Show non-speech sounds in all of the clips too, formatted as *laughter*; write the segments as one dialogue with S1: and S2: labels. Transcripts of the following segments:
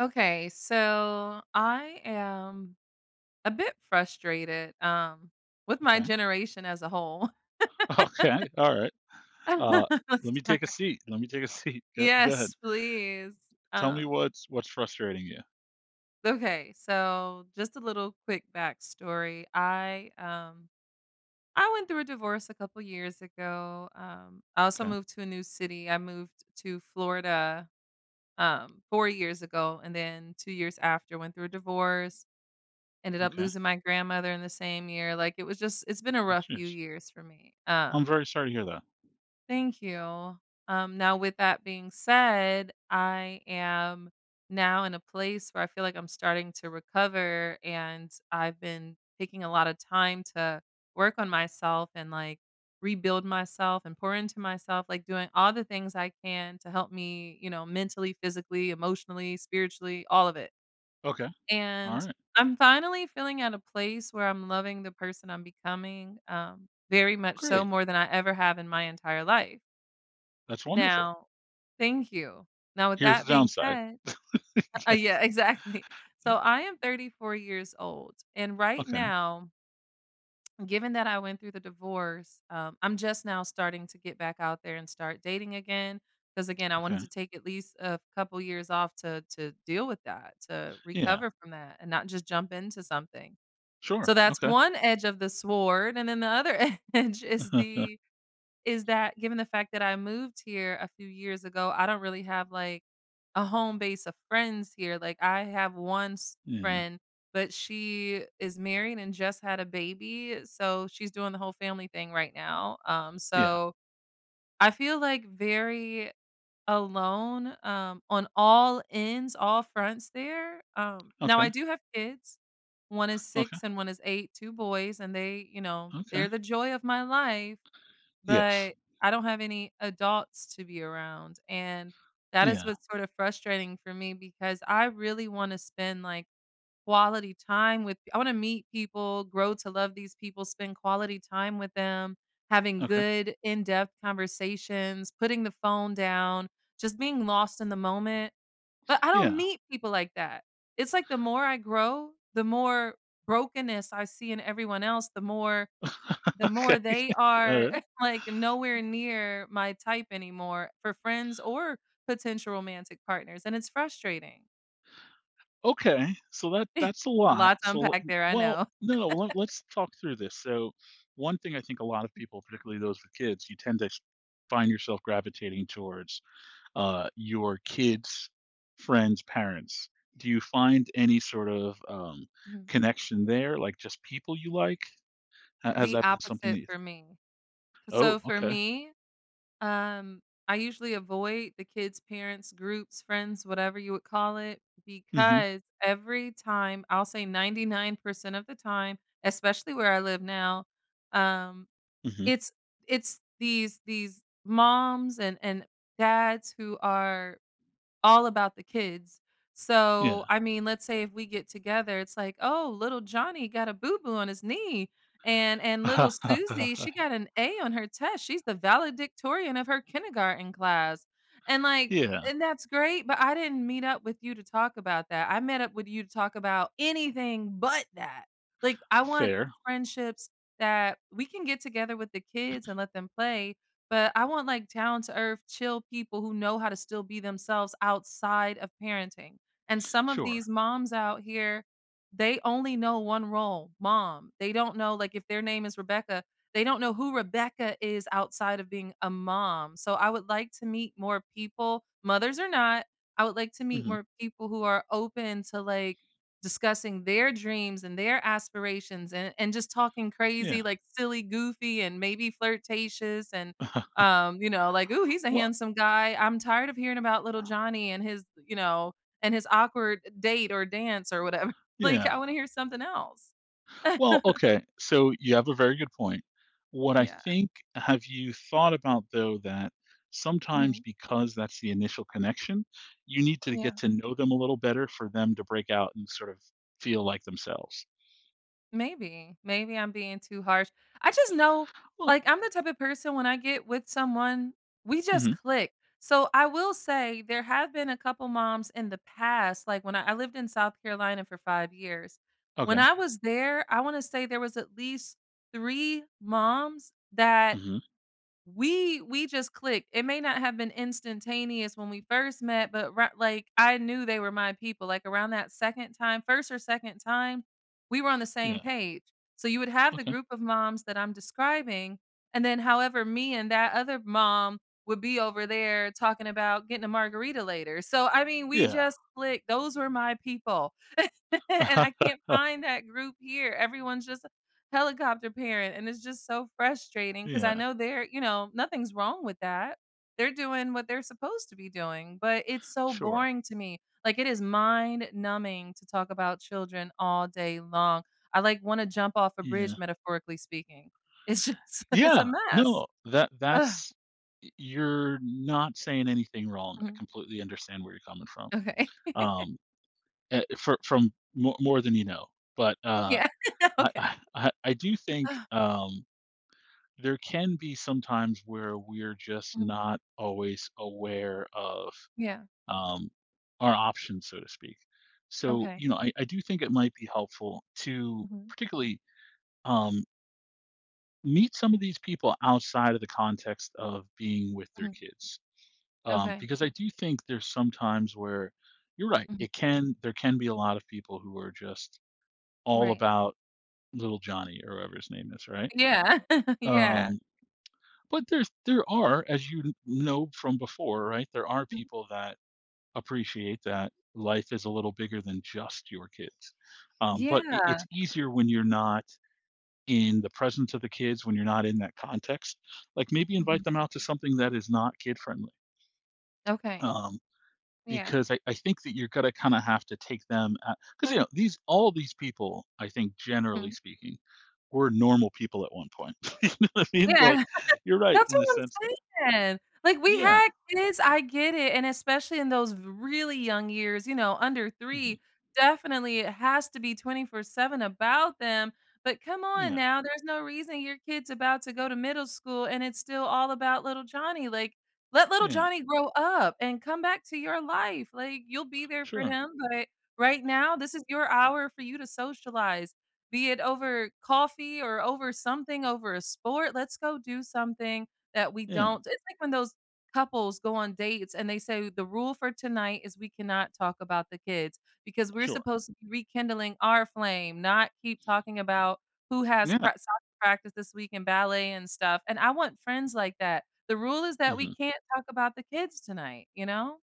S1: Okay, so I am a bit frustrated with my
S2: Okay. *laughs*
S1: generation as a whole.
S2: Okay. All right. Uh,
S1: *laughs* Let's
S2: let me
S1: start.
S2: take a seat. Let me take a seat. *laughs* Go ahead.
S1: Yes, please.
S2: Tell me
S1: Um
S2: what's frustrating you.
S1: okay, so just a little quick backstory. I went through a divorce a couple years ago. I also
S2: Okay.
S1: moved to a new city. I moved to Florida 4 years ago and then 2 years after went through a divorce. Ended up
S2: Okay.
S1: losing my grandmother in the same year. Like, it was just it's been a
S2: Oh,
S1: rough few
S2: jeez.
S1: years for me.
S2: I'm very sorry to hear that.
S1: Thank you. Now with that being said, I am now in a place where I feel like I'm starting to recover, and I've been taking a lot of time to work on myself and, like, rebuild myself and pour into myself, like, doing all the things I can to help me, you know, mentally, physically, emotionally, spiritually, all of it.
S2: Okay. All
S1: And
S2: right.
S1: I'm finally feeling at a place where I'm loving the person I'm becoming, very much so
S2: Great.
S1: more than I ever have in my entire life.
S2: That's wonderful.
S1: Now thank you. Now with
S2: Here's
S1: that
S2: the
S1: being
S2: downside.
S1: said
S2: *laughs*
S1: yeah, *laughs* exactly.
S2: yeah.
S1: So I am 34 years old, and right
S2: Okay.
S1: now, given that I went through the divorce, I'm just now starting to get back out there and start dating again. Because again, I wanted
S2: Okay.
S1: to take at least a couple years off to deal with that, to
S2: Yeah.
S1: recover from that and not just jump into something. So
S2: Sure.
S1: that's
S2: Okay.
S1: one edge of the sword, and then the other *laughs* edge is
S2: *laughs*
S1: the is that given the fact that I moved here a few years ago, I don't really have, like, a home base of friends here. Like, I have one s
S2: yeah.
S1: friend, but she is married and just had a baby, so she's doing the whole family thing right now,
S2: Yeah.
S1: so I feel, like, very alone, on all ends, all fronts there. Now
S2: Okay.
S1: I do have kids. One is
S2: Okay.
S1: 6 and one is 8, 2 boys, and they, you know,
S2: Okay.
S1: they're the joy of my life,
S2: Yes.
S1: but I don't have any adults to be around, and that is
S2: Yeah.
S1: what's sort of frustrating for me because I really wanna spend, like, quality time with I wanna meet people, grow to love these people, spend quality time with them, having
S2: Okay.
S1: good in-depth conversations, putting the phone down, just being lost in the moment, but I don't
S2: Yeah.
S1: meet people like that. It's like the more I grow, the more brokenness I see in everyone else, the more
S2: *laughs*
S1: the more
S2: Okay.
S1: they
S2: All right.
S1: are, *laughs* like, nowhere near my type anymore for friends or potential romantic partners, and it's frustrating.
S2: Okay, so that's a
S1: A
S2: lot.
S1: lot to
S2: So,
S1: unpack there, I
S2: well,
S1: know.
S2: no, let's talk through this. So, one thing I think a lot of people, particularly those with kids, you tend to find yourself gravitating towards your kids' friends' parents. Do you find any sort of connection there, like just people you like? Has
S1: The
S2: that been something that
S1: opposite
S2: you,
S1: for me. So
S2: oh,
S1: for
S2: okay.
S1: me, um, I usually avoid the kids, parents, groups, friends, whatever you would call it,
S2: Hmm.
S1: because every time, I'll say 99% of the time, especially where I live now, um,
S2: Hmm.
S1: it's it's these moms and dads who are all about the kids.
S2: Yeah.
S1: So, I mean, let's say if we get together, it's like, "Oh, little Johnny got a boo-boo on his knee, and little Susie, she
S2: *laughs*
S1: got an A on her test. She's the valedictorian of her kindergarten class." And, like
S2: Yeah.
S1: and that's great, but I didn't meet up with you to talk about that. I met up with you to talk about anything but that. Like, I want
S2: Fair.
S1: friendships that we can get together with the kids and let them play, but I want like down to earth, chill people who know how to still be themselves outside of parenting. And some of these
S2: Sure.
S1: moms out here, they only know one role, mom. They don't know, like, if their name is Rebecca, they don't know who Rebecca is outside of being a mom. So I would like to meet more people, mothers or not. I would like to meet
S2: Hmm.
S1: more people who are open to like discussing their dreams and their aspirations and just talking crazy,
S2: Yeah.
S1: like silly, goofy, and maybe flirtatious and
S2: *laughs*
S1: you know, like, "Ooh, he's a
S2: Well,
S1: handsome guy. I'm tired of hearing about little Johnny and his, you know, and his awkward date or dance or whatever." *laughs* Like, I
S2: yeah.
S1: wanna hear something else.
S2: Well, okay. So you have a very good point. What I
S1: Yeah.
S2: think, have you thought about though that sometimes
S1: Mhm.
S2: because that's the initial connection, you need to
S1: Yeah.
S2: get to know them a little better for them to break out and sort of feel like themselves?
S1: Maybe. Maybe I'm being too harsh. I just know,
S2: Well,
S1: like, I'm the type of person when I get with someone, we just
S2: mhm.
S1: click. So I will say there have been a couple moms in the past, like when I lived in South Carolina for 5 years. When
S2: Okay.
S1: I was there, I want to say there was at least 3 moms that
S2: Mhm.
S1: we just clicked. It may not have been instantaneous when we first met, but I knew they were my people, like, around that second time, first or second time, we were on the same
S2: Yeah.
S1: page. So you would have the
S2: Okay.
S1: group of moms that I'm describing, and then however me and that other mom would be over there talking about getting a margarita later. So, I mean, we
S2: Yeah.
S1: just clicked. Those were my people, *laughs* and I
S2: *laughs*
S1: can't find that group here. Everyone's just helicopter parent, and it's just so frustrating because I
S2: Yeah.
S1: know they're you know, nothing's wrong with that. They're doing what they're supposed to be doing, but it's so
S2: Sure.
S1: boring to me. Like, it is mind numbing to talk about children all day long. I, like, wanna jump off a bridge,
S2: Yeah.
S1: metaphorically speaking. It's just *laughs* it's a
S2: Yeah.
S1: mess.
S2: No, that
S1: Ugh.
S2: that's you're not saying anything wrong. I
S1: Mhm.
S2: completely understand where you're coming from.
S1: Okay. *laughs*
S2: Um from more than you know. But uh,
S1: Yeah. *laughs*
S2: I,
S1: Okay.
S2: I I I do think
S1: Ugh.
S2: um, there can be sometimes where we're just
S1: Mhm.
S2: not always aware of
S1: Yeah.
S2: um, our options, so to speak. So
S1: Okay.
S2: you know, I do think it might be helpful to
S1: Mhm.
S2: particularly um, meet some of these people outside of the context of being with their
S1: Mhm.
S2: kids,
S1: Okay.
S2: because I do think there's sometimes where you're right.
S1: Mhm.
S2: It can there can be a lot of people who are just all
S1: Right.
S2: about Little Johnny or whatever his name is, right?
S1: Yeah. *laughs* Yeah.
S2: Um, but there's there are, as you kn know from before, right, there are
S1: Mhm.
S2: people that appreciate that life is a little bigger than just your kids. But
S1: Yeah.
S2: it's easier when you're not in the presence of the kids, when you're not in that context. Like, maybe invite
S1: Mhm.
S2: them out to something that is not kid friendly.
S1: Okay.
S2: Um,
S1: Yeah.
S2: because I think that you're gonna kind of have to take them because you know these all these people I think generally
S1: Mm.
S2: speaking were normal people at one point. *laughs* You know what I mean?
S1: Yeah.
S2: Like
S1: *laughs*
S2: you're right
S1: That's
S2: in the
S1: what I'm
S2: sense that
S1: saying. Like, we
S2: yeah,
S1: had kids, I get it, and especially in those really young years, you know, under
S2: hmm,
S1: 3, definitely it has to be 24/7 about them, but come on
S2: yeah,
S1: now, there's no reason your kid's about to go to middle school and it's still all about little Johnny. Like, let little
S2: yeah,
S1: Johnny grow up and come back to your life. Like, you'll be there for
S2: sure,
S1: him, but right now, this is your hour for you to socialize. Be it over coffee or over something, over a sport. Let's go do something that we
S2: yeah,
S1: don't it's like when those couples go on dates and they say the rule for tonight is we cannot talk about the kids because we're
S2: sure,
S1: supposed to be rekindling our flame, not keep talking about who has
S2: yeah.
S1: soccer practice this week and ballet and stuff. And I want friends like that. The rule is that we
S2: Hmm.
S1: can't talk about the kids tonight, you know?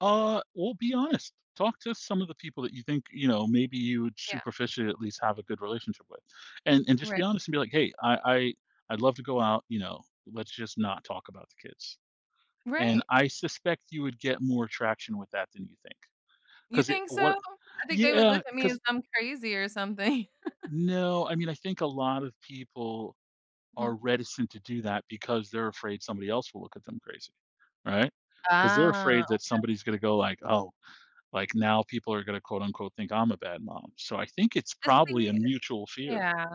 S2: Well, be honest. Talk to some of the people that you think you know maybe you would
S1: Yeah.
S2: superficially at least have a good relationship with, and just be
S1: Right.
S2: honest and be like, hey, I I'd love to go out. You know, let's just not talk about the kids. And
S1: Right.
S2: I suspect you would get more traction with that than you think.
S1: You
S2: 'Cause it
S1: think so?
S2: what?
S1: I think they would look
S2: Yeah,
S1: at me as
S2: because
S1: I'm crazy or something.
S2: no, I mean, I think a lot of people are
S1: *laughs*
S2: reticent to do that because they're afraid somebody else will look at them crazy, right? Because 'Cause they're
S1: Ah,
S2: afraid that somebody's gonna go like, "Oh, like, now people are gonna, quote, unquote, think I'm a bad mom." So I think it's probably a
S1: honestly,
S2: mutual fear.
S1: yeah.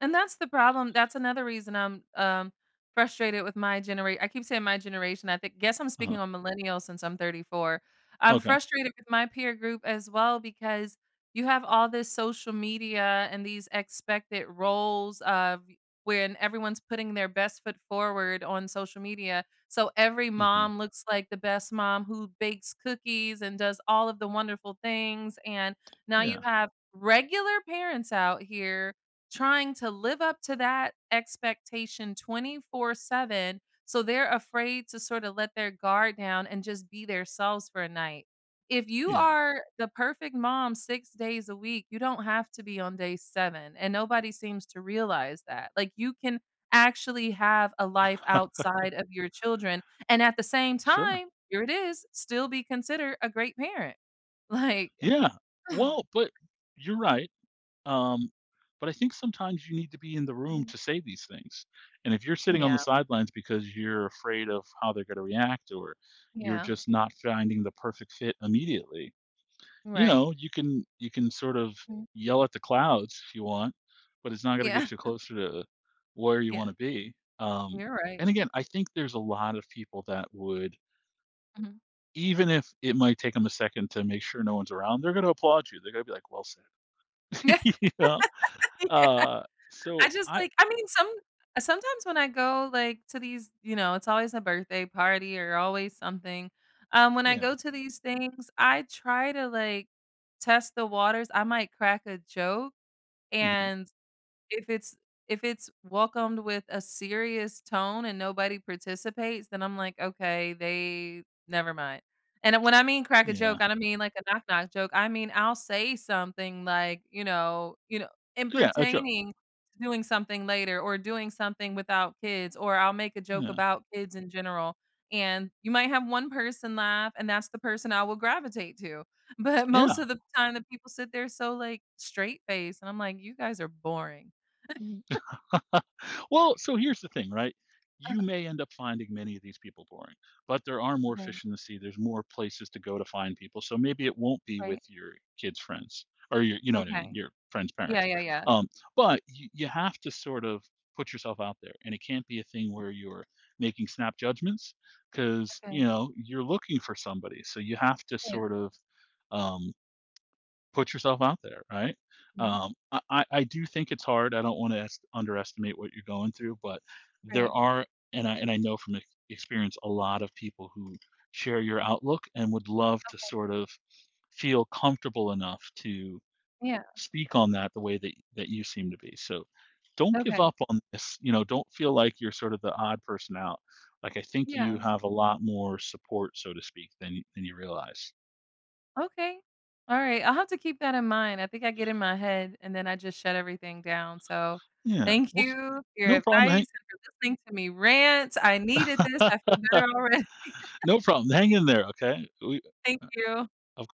S1: And that's the problem. That's another reason I'm, frustrated with my generation. I keep saying my generation. I think guess I'm speaking
S2: Uh-huh.
S1: on millennials since I'm 34. I'm
S2: Okay.
S1: frustrated with my peer group as well because you have all this social media and these expected roles of when everyone's putting their best foot forward on social media. So every
S2: Mhm.
S1: mom looks like the best mom who bakes cookies and does all of the wonderful things. And now you
S2: Yeah.
S1: have regular parents out here trying to live up to that expectation 24/7, so they're afraid to sort of let their guard down and just be themselves for a night. If you
S2: Yeah.
S1: are the perfect mom 6 days a week, you don't have to be on day 7, and nobody seems to realize that. Like, you can actually have a life
S2: *laughs*
S1: outside of your children, and at the same
S2: Sure.
S1: time, here it is, still be considered a great parent. Like
S2: Yeah.
S1: *sighs*
S2: Well, but you're right. Um, but I think sometimes you need to be in the room
S1: Mhm.
S2: to say these things. And if you're sitting on the
S1: Yeah,
S2: sidelines because you're afraid of how they're going to react or you're
S1: yeah,
S2: just not finding the perfect fit immediately, you
S1: right.
S2: know, you can sort of
S1: Mhm.
S2: yell at the clouds if you want, but it's not going to
S1: Yeah,
S2: get you
S1: *laughs*
S2: closer to where you
S1: yeah.
S2: want to be. Um,
S1: You're right.
S2: and again, I think there's a lot of people that would
S1: Mhm.
S2: even if it might take them a second to make sure no one's around, they're going to applaud you. They're going to be like, "Well said."
S1: Yeah,
S2: *laughs* You know?
S1: *laughs*
S2: Uh, so
S1: I just,
S2: I
S1: like I mean, sometimes when I go, like, to these you know, it's always a birthday party or always something. When I
S2: yeah,
S1: go to these things, I try to, like, test the waters. I might crack a joke
S2: mhm,
S1: and If it's if it's welcomed with a serious tone and nobody participates, then I'm like, "Okay, they never mind." And when I mean crack a joke,
S2: yeah,
S1: I don't mean like a knock knock joke. I mean, I'll say something like, you know, in
S2: yeah, a joke,
S1: pertaining to doing something later or doing something without kids, or I'll make a joke
S2: yeah,
S1: about kids in general, and you might have one person laugh, and that's the person I will gravitate to. But
S2: yeah.
S1: most of the time, the people sit there so, like, straight face, and I'm like, "You guys are boring." Mhm,
S2: *laughs* Well, so here's the thing, right? You may end up finding many of these people boring, but there are more
S1: okay,
S2: fish in the sea. There's more places to go to find people. So maybe it won't be
S1: right,
S2: with your kids' friends or your, you know what I mean,
S1: okay.
S2: your friends'
S1: Yeah,
S2: parents.
S1: yeah, yeah,
S2: Um, but you, you have to sort of put yourself out there, and it can't be a thing where you're making snap judgments because
S1: okay,
S2: you know you're looking for somebody. So you have to
S1: yeah,
S2: sort of um, put yourself out there, right?
S1: mhm,
S2: I do think it's hard. I don't want to underestimate what you're going through, but there
S1: right,
S2: are, and I know from experience, a lot of people who share your outlook and would love to
S1: okay,
S2: sort of feel comfortable enough to
S1: yeah,
S2: speak on that the way that you seem to be. So don't give
S1: okay,
S2: up on this. You know, don't feel like you're sort of the odd person out. Like I think you
S1: yeah,
S2: have a lot more support, so to speak, than than you realize.
S1: okay. Alright, I'll have to keep that in mind, I think I get in my head, and then I just shut everything down, so
S2: Yeah.
S1: thank
S2: Well,
S1: you for your
S2: no
S1: advice
S2: problem,
S1: and for listening to me rant, I needed this,
S2: Hank.
S1: I
S2: *laughs*
S1: feel better already,
S2: No problem. Hang in there, okay? We
S1: *laughs* thank you.
S2: uh,